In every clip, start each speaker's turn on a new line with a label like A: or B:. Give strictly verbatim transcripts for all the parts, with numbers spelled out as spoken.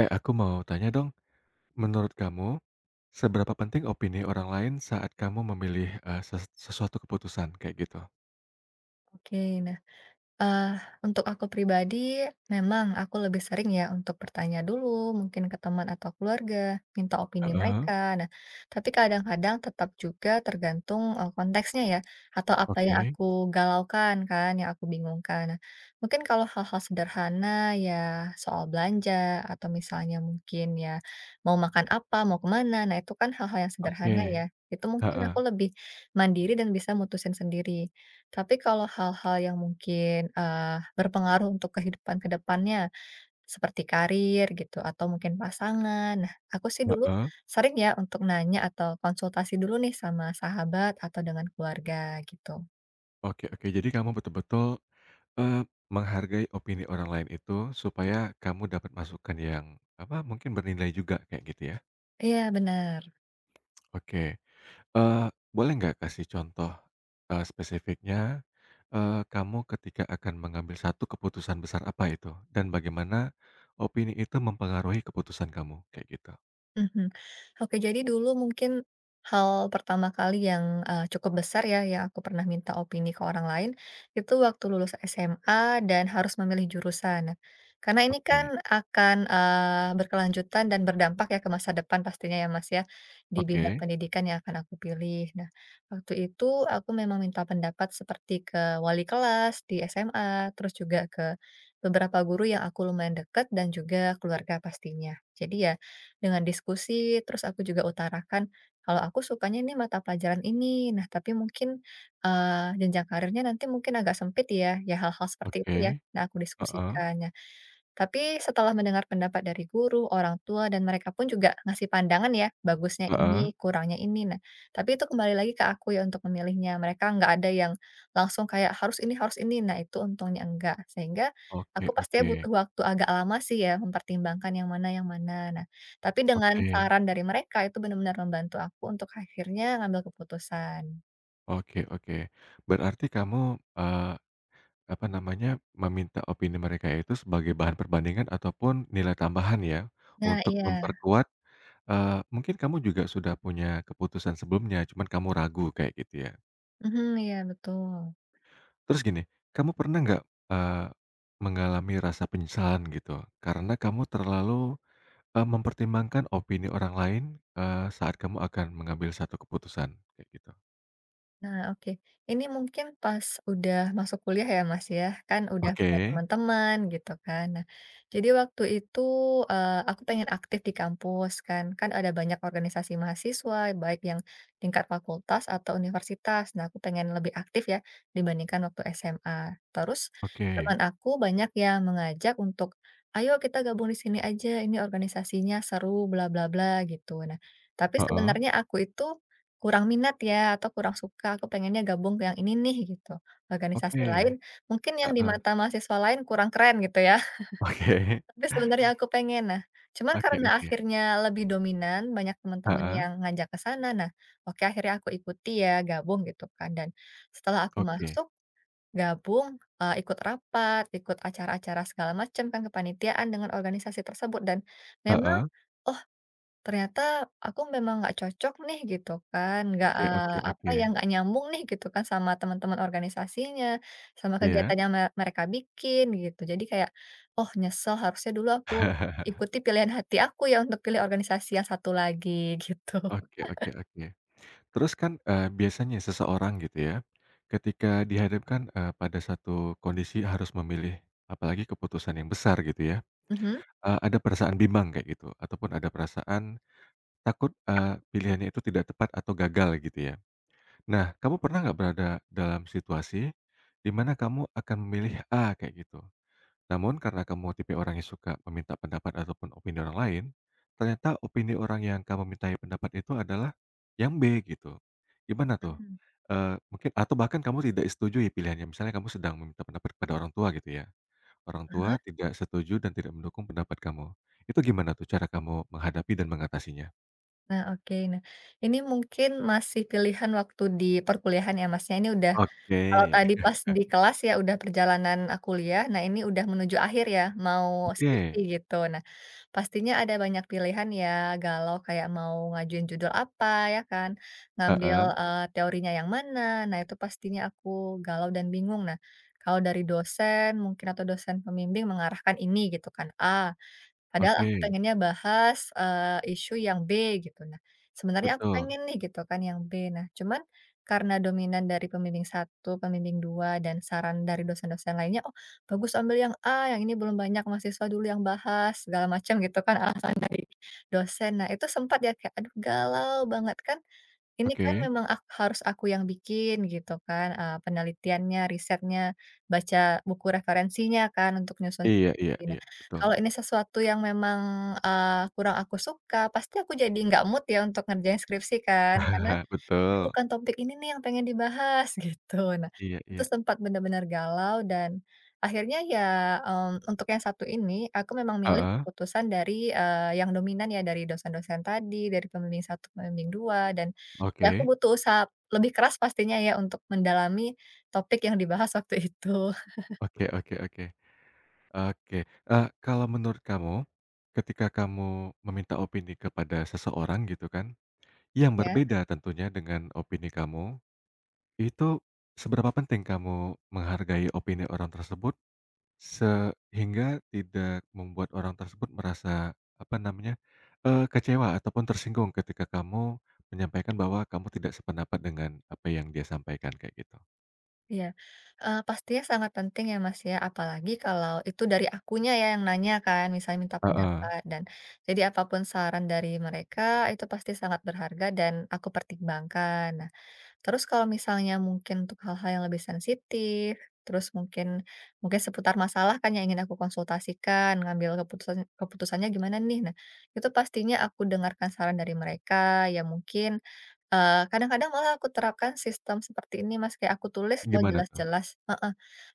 A: Eh, aku mau tanya dong, menurut kamu, seberapa penting opini orang lain saat kamu memilih, eee, ses sesuatu keputusan kayak gitu?
B: Oke, nah, eee, untuk aku pribadi memang aku lebih sering ya untuk bertanya dulu mungkin ke teman atau keluarga, minta opini
A: Heeh,
B: mereka. Nah, tapi kadang-kadang tetap juga tergantung, eee, konteksnya ya atau apa yang
A: oke
B: aku galaukan kan, yang aku bingungkan. Nah, mungkin kalau hal-hal sederhana ya soal belanja atau misalnya mungkin ya mau makan apa, mau ke mana, nah itu kan hal-hal yang
A: oke,
B: sederhana ya, itu mungkin
A: heeh
B: aku lebih mandiri dan bisa mutusin sendiri. Tapi kalau hal-hal yang mungkin, eee, berpengaruh untuk kehidupan ke depannya, seperti karir gitu atau mungkin pasangan. Nah, aku sih dulu
A: heeh,
B: sering ya untuk nanya atau konsultasi dulu nih sama sahabat atau dengan keluarga gitu.
A: oke oke. Jadi kamu betul-betul, eee, menghargai opini orang lain itu supaya kamu dapat masukan yang, apa, mungkin bernilai juga kayak gitu ya?
B: Iya, benar.
A: Oke. Eee, Boleh nggak kasih contoh, eee, spesifiknya, eee, kamu ketika akan mengambil satu keputusan besar apa itu, dan bagaimana opini itu mempengaruhi keputusan kamu? Kayak gitu.
B: Mhm. Oke, jadi dulu mungkin hal pertama kali yang eee, cukup besar ya, yang aku pernah minta opini ke orang lain, itu waktu lulus S M A dan harus memilih jurusan. Nah, karena ini
A: Oke
B: kan akan, eee, berkelanjutan dan berdampak ya ke masa depan pastinya ya, Mas, ya, di bidang
A: oke
B: pendidikan yang akan aku pilih. Nah, waktu itu aku memang minta pendapat seperti ke wali kelas di S M A, terus juga ke beberapa guru yang aku lumayan dekat dan juga keluarga pastinya. Jadi ya dengan diskusi, terus aku juga utarakan kalau aku sukanya ini mata pelajaran ini. Nah, tapi mungkin, eee, jenjang karirnya nanti mungkin agak sempit ya, ya hal-hal seperti itu
A: oke,
B: ya. Nah, aku
A: heeh,
B: diskusikan. Tapi setelah mendengar pendapat dari guru, orang tua, dan mereka pun juga ngasih pandangan ya, bagusnya
A: heeh,
B: ini, kurangnya ini. Nah, tapi itu kembali lagi ke aku ya untuk memilihnya. Mereka nggak ada yang langsung kayak harus ini, harus ini. Nah, itu untungnya enggak. Sehingga
A: oke
B: aku
A: oke
B: pastinya butuh waktu agak lama sih ya mempertimbangkan yang mana, yang mana. Nah, tapi dengan
A: oke
B: saran dari mereka itu benar-benar membantu aku untuk akhirnya ngambil keputusan.
A: oke oke. Berarti kamu, eee, apa namanya, meminta opini mereka itu sebagai bahan perbandingan ataupun nilai tambahan ya,
B: Nah,
A: untuk
B: iya.
A: memperkuat. Eee, mungkin kamu juga sudah punya keputusan sebelumnya, cuman kamu ragu kayak gitu ya.
B: Mhm, iya betul.
A: Terus gini, kamu pernah nggak, eee, mengalami rasa penyesalan gitu karena kamu terlalu, eee, mempertimbangkan opini orang lain, eee, saat kamu akan mengambil satu keputusan kayak gitu?
B: Nah, oke. Ini mungkin pas udah masuk kuliah ya, Mas, ya? Kan udah
A: Oke
B: punya teman-teman gitu kan. Nah, jadi waktu itu eh, aku pengen aktif di kampus kan. Kan ada banyak organisasi mahasiswa, baik yang tingkat fakultas atau universitas. Nah, aku pengen lebih aktif ya dibandingkan waktu S M A. Terus
A: oke,
B: teman aku banyak yang mengajak untuk ayo kita gabung di sini aja, ini organisasinya seru bla bla bla gitu. Nah, tapi
A: heeh,
B: sebenarnya aku itu kurang minat ya, atau kurang suka, aku pengennya gabung ke yang ini nih, gitu. Organisasi lain,
A: oke,
B: mungkin yang di
A: heeh,
B: mata mahasiswa lain kurang keren gitu ya,
A: oke,
B: tapi sebenarnya aku pengen. Nah, cuman
A: oke
B: karena
A: oke,
B: akhirnya lebih dominan, banyak teman-teman
A: heeh,
B: yang ngajak ke sana, nah oke akhirnya aku ikuti ya, gabung gitu kan. Dan setelah aku
A: oke,
B: masuk, gabung, eee, ikut rapat, ikut acara-acara segala macam kan, kepanitiaan dengan organisasi tersebut dan memang
A: heeh,
B: ternyata aku memang nggak cocok nih gitu kan, nggak,
A: oke
B: eee,
A: oke
B: apa
A: oke,
B: ya, nggak nyambung nih gitu kan sama teman-teman organisasinya, sama
A: iya.
B: kegiatan yang me mereka bikin gitu. Jadi kayak, oh nyesel harusnya dulu aku ikuti pilihan hati aku ya untuk pilih organisasi yang satu lagi gitu.
A: Oke oke oke. Terus kan, eee, biasanya seseorang gitu ya, ketika dihadapkan, eee, pada satu kondisi harus memilih, apalagi keputusan yang besar gitu ya,
B: Mhm,
A: eee, ada perasaan bimbang kayak gitu, ataupun ada perasaan takut, eee, pilihannya itu tidak tepat atau gagal gitu ya. Nah, kamu pernah nggak berada dalam situasi, di mana kamu akan memilih A kayak gitu? Namun karena kamu tipe orang yang suka meminta pendapat ataupun opini orang lain, ternyata opini orang yang kamu mintai pendapat itu adalah yang B gitu. Gimana tuh?
B: mmm,
A: Eee, Mungkin atau bahkan kamu tidak setujui pilihannya, misalnya kamu sedang meminta pendapat kepada orang tua gitu ya, orang
B: heeh,
A: tua tidak setuju dan tidak mendukung pendapat kamu. Itu gimana tuh cara kamu menghadapi dan mengatasinya?
B: nah oke. Nah, ini mungkin masih pilihan waktu di perkuliahan ya Masnya, ini udah
A: Oke.
B: kalau tadi pas di kelas ya udah perjalanan, eee, kuliah, nah ini udah menuju akhir ya, mau skripsi
A: Oke.
B: gitu. Pastinya ada banyak pilihan ya, galau kayak mau ngajuin judul apa ya kan, ngambil,
A: Heeh.
B: eee, teorinya yang mana. Nah, itu pastinya aku galau dan bingung. Nah, kalau dari dosen mungkin atau dosen pembimbing mengarahkan ini gitu kan, A, padahal aku
A: Oke.
B: pengennya bahas, eee, isu yang B gitu. Nah, sebenarnya aku
A: Betul.
B: pengen nih gitu kan yang B. Nah, cuman karena dominan dari pembimbing satu, pembimbing dua dan saran dari dosen-dosen lainnya, "Oh, bagus ambil yang A, yang ini belum banyak mahasiswa dulu yang bahas," segala macam gitu kan alasan dosen. Nah, itu sempat ya kayak, aduh galau banget kan ini kan
A: Oke.
B: memang ak harus aku yang bikin gitu kan, eee, penelitiannya, risetnya, baca buku referensinya kan untuk nyusun
A: Iya iya
B: skripsi. Nah,
A: iya. Betul.
B: kalau ini sesuatu yang memang, eee, kurang aku suka, pasti aku jadi nggak mood ya untuk ngerjain skripsi kan, karena ini
A: Betul.
B: bukan topik ini nih yang pengen dibahas gitu. Nah,
A: Iya
B: itu
A: iya.
B: sempat benar-benar galau dan akhirnya ya, mmm, untuk yang satu ini aku memang milih
A: Heeh.
B: keputusan dari, eee, yang dominan ya dari dosen-dosen tadi, dari pembimbing satu, pembimbing dua dan ya aku
A: Oke
B: butuh usaha lebih keras pastinya ya untuk mendalami topik yang dibahas waktu itu.
A: oke oke oke oke, eee, kalau menurut kamu, ketika kamu meminta opini kepada seseorang gitu kan, yang
B: ya.
A: berbeda tentunya dengan opini kamu, itu seberapa penting kamu menghargai opini orang tersebut sehingga tidak membuat orang tersebut merasa, apa namanya, eee, kecewa ataupun tersinggung ketika kamu menyampaikan bahwa kamu tidak sependapat dengan apa yang dia sampaikan kayak gitu?
B: Iya, eee, pastinya sangat penting ya, Mas, ya, apalagi kalau itu dari akunya ya yang nanya kan, misalnya minta
A: Heeh,
B: pendapat dan jadi apapun saran dari mereka itu pasti sangat berharga dan aku pertimbangkan. Nah, terus kalau misalnya mungkin untuk hal-hal yang lebih sensitif, terus mungkin mungkin seputar masalah kan yang ingin aku konsultasikan, ngambil keputusan keputusannya gimana nih. Nah, itu pastinya aku dengarkan saran dari mereka yang mungkin eee, kadang-kadang malah aku terapkan sistem seperti ini Mas, kayak aku tulis loh
A: gimana tuh?
B: jelas-jelas heeh.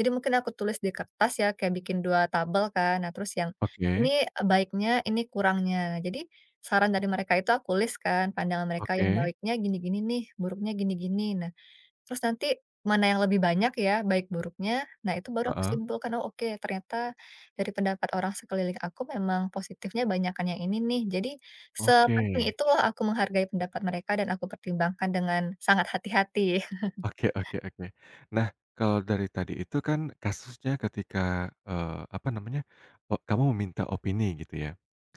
B: Jadi mungkin aku tulis di kertas ya kayak bikin dua tabel kan, nah terus yang
A: Oke
B: ini baiknya, ini kurangnya. Jadi saran dari mereka itu aku list kan, pandangan mereka yang
A: oke,
B: baiknya gini-gini nih, buruknya gini-gini. Nah, terus nanti mana yang lebih banyak ya, baik buruknya, nah itu baru aku
A: heeh.
B: simpulkan, oh oke ternyata dari pendapat orang sekeliling aku memang positifnya banyakan yang ini nih. Jadi
A: Oke.
B: sepenting itulah aku menghargai pendapat mereka dan aku pertimbangkan dengan sangat hati-hati.
A: Oke oke oke. Nah, kalau dari tadi itu kan kasusnya ketika, eee, apa namanya, o kamu meminta opini gitu ya.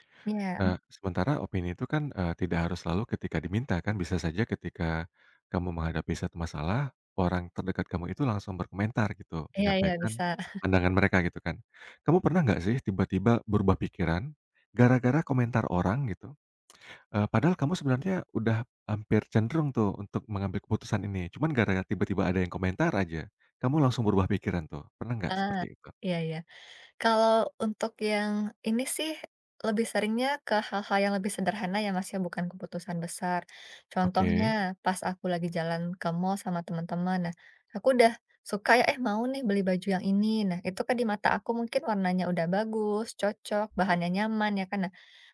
B: Iya,
A: Nah, sementara opini itu kan, eee, tidak harus selalu ketika diminta kan, bisa saja ketika kamu menghadapi satu masalah, orang terdekat kamu itu langsung berkomentar gitu,
B: iya iya
A: menyampaikan
B: bisa.
A: pandangan mereka gitu kan. Kamu pernah nggak sih tiba-tiba berubah pikiran, gara-gara komentar orang gitu? Eee, padahal kamu sebenarnya udah hampir cenderung tuh untuk mengambil keputusan ini, cuman gara-gara tiba-tiba ada yang komentar aja, kamu langsung berubah pikiran tuh, pernah nggak
B: Ah,
A: seperti itu?
B: iya iya. Kalau untuk yang ini sih, lebih seringnya ke hal-hal yang lebih sederhana ya Mas ya, bukan keputusan besar. Contohnya,
A: Oke,
B: pas aku lagi jalan ke mall sama teman-teman, nah aku udah suka ya, "Eh mau nih beli baju yang ini." Nah itu kan di mata aku mungkin warnanya udah bagus, cocok, bahannya nyaman ya kan. Nah,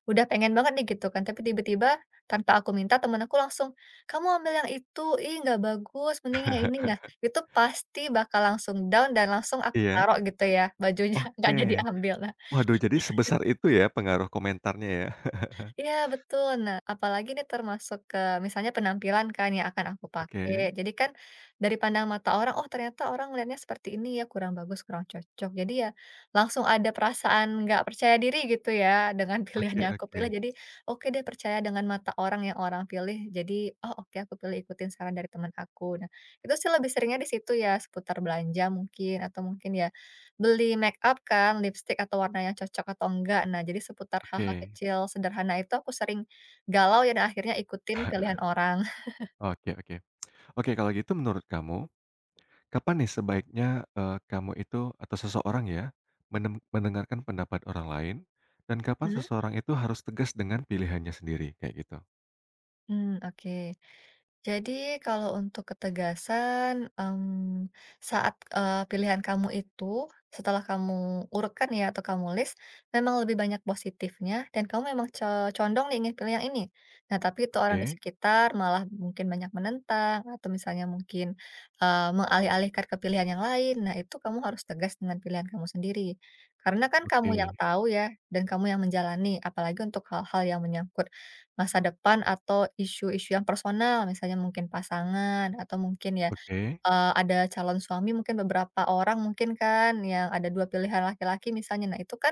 B: udah pengen banget nih gitu kan, tapi tiba-tiba tanpa aku minta temen aku langsung, "Kamu ambil yang itu, ih nggak bagus, mending yang ini." Nah, itu pasti bakal langsung down dan langsung aku
A: iya,
B: taruh gitu ya, bajunya, nggak jadi
A: oke.
B: ambil.
A: Waduh, jadi sebesar itu ya pengaruh komentarnya ya.
B: Iya betul. Nah, apalagi ini termasuk ke misalnya penampilan kan yang akan aku pakai.
A: Oke,
B: Jadi kan dari pandang mata orang, oh ternyata orang melihatnya seperti ini ya, kurang bagus, kurang cocok. Jadi ya langsung ada perasaan nggak percaya diri gitu ya dengan pilihan
A: oke
B: yang aku
A: oke,
B: pilih. Jadi oke deh percaya dengan mata orang yang orang pilih. Jadi oh oke aku pilih ikutin saran dari teman aku. Nah, itu sih lebih seringnya di situ ya seputar belanja mungkin atau mungkin ya beli make up kan, lipstick atau warna yang cocok atau enggak. Nah, jadi seputar hal-hal
A: oke,
B: kecil sederhana itu aku sering galau ya dan akhirnya ikutin pilihan orang.
A: oke oke. Oke, kalau gitu menurut kamu, kapan nih sebaiknya, eee, kamu itu atau seseorang ya, menem mendengarkan pendapat orang lain, dan kapan seseorang itu harus tegas dengan pilihannya sendiri, kayak gitu?
B: Hmm, oke. Jadi kalau untuk ketegasan, mmm, saat, eee, pilihan kamu itu, setelah kamu urutkan ya atau kamu list, memang lebih banyak positifnya dan kamu memang co condong nih ingin pilih yang ini. Nah, tapi itu orang di
A: Oke.
B: sekitar malah mungkin banyak menentang atau misalnya mungkin, eee, mengalih-alihkan ke pilihan yang lain. Nah, itu kamu harus tegas dengan pilihan kamu sendiri. Karena kan
A: Oke
B: kamu yang tahu ya dan kamu yang menjalani, apalagi untuk hal-hal yang menyangkut masa depan atau isu-isu yang personal, misalnya mungkin pasangan atau mungkin ya,
A: oke,
B: eee, ada calon suami mungkin beberapa orang mungkin kan yang ada dua pilihan laki-laki misalnya. Nah itu kan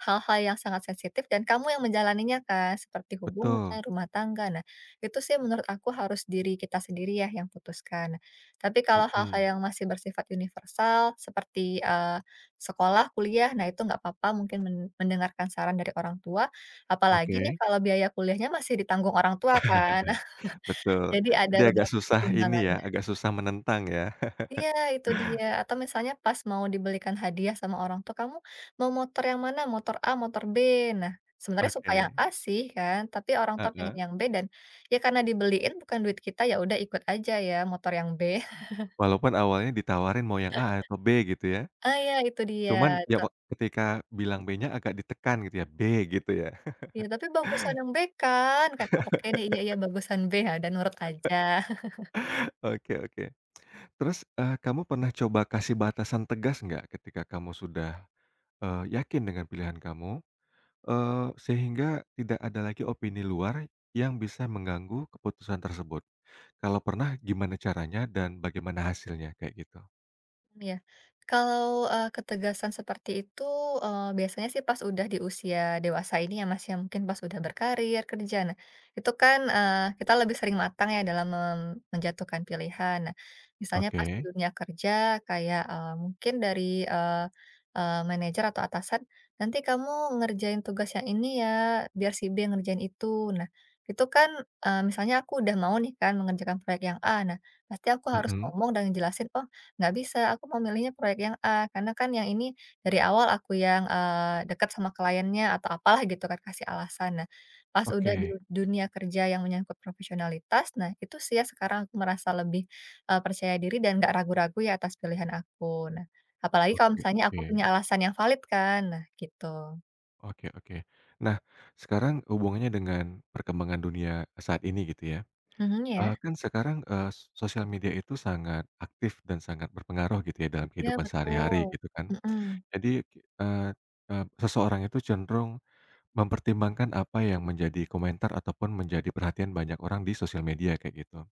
B: hal-hal yang sangat sensitif dan kamu yang menjalaninya kan, seperti hubungan,
A: betul,
B: rumah tangga. Nah, itu sih menurut aku harus diri kita sendiri ya yang putuskan. Nah, tapi kalau hal-hal
A: mhm,
B: yang masih bersifat universal seperti, eee, sekolah, kuliah, nah itu nggak apa-apa mungkin men mendengarkan saran dari orang tua, apalagi nih
A: oke.
B: kalau biaya kuliahnya masih ditanggung orang tua kan.
A: Betul,
B: Jadi ada
A: jadi agak
B: beberapa
A: susah ini ya,
B: pertimbangannya.
A: agak susah menentang ya.
B: Iya, itu dia. Atau misalnya pas mau dibelikan hadiah sama orang tua, "Kamu mau motor yang mana? Motor A, motor B?" Nah, sebenarnya suka yang
A: Oke,
B: A sih kan, tapi orang tua pengen
A: heeh,
B: yang B dan ya karena dibeliin bukan duit kita, ya udah ikut aja ya motor yang B.
A: walaupun awalnya ditawarin mau yang A atau B gitu ya,
B: Ah, ya itu dia.
A: cuman ya
B: Ta
A: wak ketika bilang B-nya agak ditekan gitu ya, "B" gitu ya.
B: ya tapi bagusan yang B kan, kata, "Oke deh, iya iya bagusan B," ya dan nurut aja.
A: Oke oke, terus, eee, kamu pernah coba kasih batasan tegas nggak ketika kamu sudah, eee, yakin dengan pilihan kamu, eee, sehingga tidak ada lagi opini luar yang bisa mengganggu keputusan tersebut? Kalau pernah gimana caranya dan bagaimana hasilnya? Kayak gitu.
B: Iya. Kalau, eee, ketegasan seperti itu, eee, biasanya sih pas udah di usia dewasa ini ya, Mas, ya, mungkin pas udah berkarir, kerja. Nah, itu kan, eee, kita lebih sering matang ya dalam mem menjatuhkan pilihan. Nah, misalnya pas di
A: Oke.
B: dunia kerja kayak, eee, mungkin dari, eee eee, manajer atau atasan, "Nanti kamu ngerjain tugas yang ini ya, biar si B ngerjain itu." Nah, itu kan, eee, misalnya aku udah mau nih kan mengerjakan proyek yang A. Nah, pasti aku harus
A: Mhm.
B: ngomong dan ngejelasin, "Oh nggak bisa, aku memilihnya proyek yang A, karena kan yang ini dari awal aku yang, eee, dekat sama kliennya atau apalah gitu kan, kasih alasan. Nah, pas udah di
A: Oke.
B: dunia kerja yang menyangkut profesionalitas, nah itu sih ya sekarang aku merasa lebih, eee, percaya diri dan nggak ragu-ragu ya atas pilihan aku. Nah, apalagi kalau
A: Oke
B: misalnya aku
A: oke.
B: punya alasan yang valid kan, nah gitu.
A: Oke oke. Nah, sekarang hubungannya dengan perkembangan dunia saat ini gitu ya,
B: Mhm, ya.
A: eee, kan sekarang, eee, sosial media itu sangat aktif dan sangat berpengaruh gitu ya dalam
B: Iya
A: kehidupan
B: betul.
A: sehari-hari gitu kan.
B: Mhm.
A: Jadi, eee eee, seseorang itu cenderung mempertimbangkan apa yang menjadi komentar ataupun menjadi perhatian banyak orang di sosial media kayak gitu.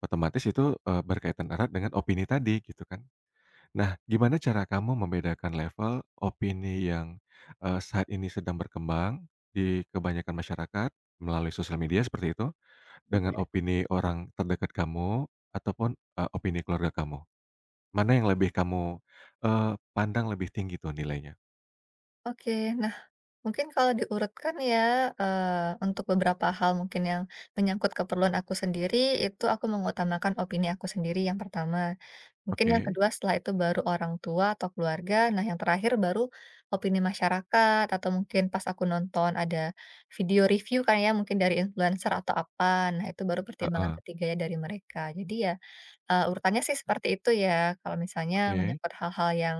A: Otomatis itu, eee, berkaitan erat dengan opini tadi, gitu kan. Nah, gimana cara kamu membedakan level opini yang, eee, saat ini sedang berkembang di kebanyakan masyarakat melalui sosial media seperti itu, dengan
B: Iya,
A: opini orang terdekat kamu ataupun, eee, opini keluarga kamu? Mana yang lebih kamu, eee, pandang lebih tinggi tuh nilainya?
B: oke. Mungkin kalau diurutkan ya, eee, untuk beberapa hal mungkin yang menyangkut keperluan aku sendiri, itu aku mengutamakan opini aku sendiri yang pertama. Mungkin yang
A: Oke,
B: kedua setelah itu baru orang tua atau keluarga, nah yang terakhir baru opini masyarakat atau mungkin pas aku nonton ada video review kan ya mungkin dari influencer atau apa, nah itu baru pertimbangan
A: heeh,
B: ketiganya dari mereka. Jadi ya, Eee, urutannya sih seperti itu ya, kalau misalnya
A: oke,
B: menyangkut hal-hal yang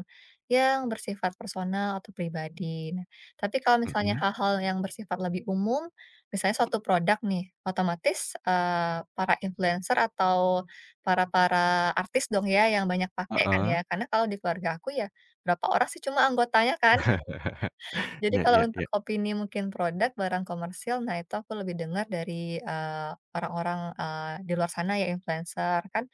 B: yang bersifat personal atau pribadi. Nah, tapi kalau misalnya
A: mhm,
B: hal-hal yang bersifat lebih umum, misalnya suatu produk nih, otomatis, eee, para influencer atau para-para artis dong ya yang banyak pakai kan ya,
A: heeh.
B: karena kalau di keluarga aku ya berapa orang sih cuma anggotanya kan. Jadi
A: ya,
B: kalau
A: ya.
B: untuk
A: Iya,
B: opini mungkin produk, barang komersil, nah itu aku lebih dengar dari, eee, orang-orang, eee, di luar sana ya influencer kan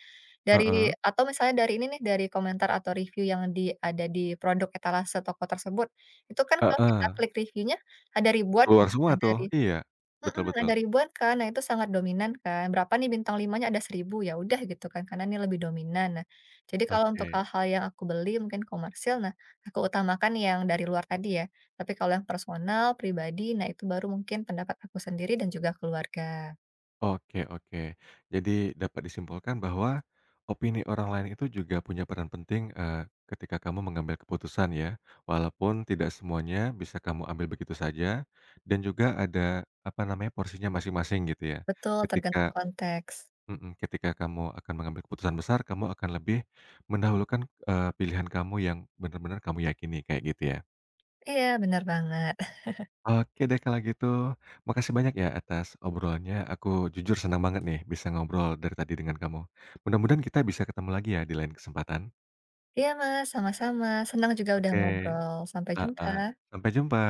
B: dari
A: heeh,
B: atau misalnya dari ini nih, dari komentar atau review yang di ada di produk etalase toko tersebut, itu kan kalau kita
A: heeh,
B: klik reviewnya ada ribuan
A: keluar
B: ya,
A: semua
B: ada
A: tuh,
B: ri
A: iya, betul
B: mhm,
A: betul.
B: ada ribuan kan. Nah itu sangat dominan kan, berapa nih bintang lima-nya, ada seribu ya udah gitu kan, karena ini lebih dominan. Nah, jadi kalau untuk
A: Oke
B: hal-hal yang aku beli mungkin komersil, nah aku utamakan yang dari luar tadi ya. Tapi kalau yang personal, pribadi, nah itu baru mungkin pendapat aku sendiri dan juga keluarga.
A: oke oke. Jadi dapat disimpulkan bahwa opini orang lain itu juga punya peran penting, eee, ketika kamu mengambil keputusan ya, walaupun tidak semuanya bisa kamu ambil begitu saja dan juga ada, apa namanya, porsinya masing-masing gitu ya.
B: Betul,
A: Ketika
B: tergantung konteks.
A: mhm, ketika kamu akan mengambil keputusan besar, kamu akan lebih mendahulukan, eee, pilihan kamu yang benar-benar kamu yakini, kayak gitu ya?
B: Iya, bener banget.
A: Oke deh kalau gitu. Makasih banyak ya atas obrolannya, aku jujur senang banget nih bisa ngobrol dari tadi dengan kamu. Mudah-mudahan kita bisa ketemu lagi ya di lain kesempatan.
B: Iya Mas, sama-sama. Senang juga udah
A: Oke,
B: ngobrol. Sampai jumpa.
A: heeh. Sampai jumpa.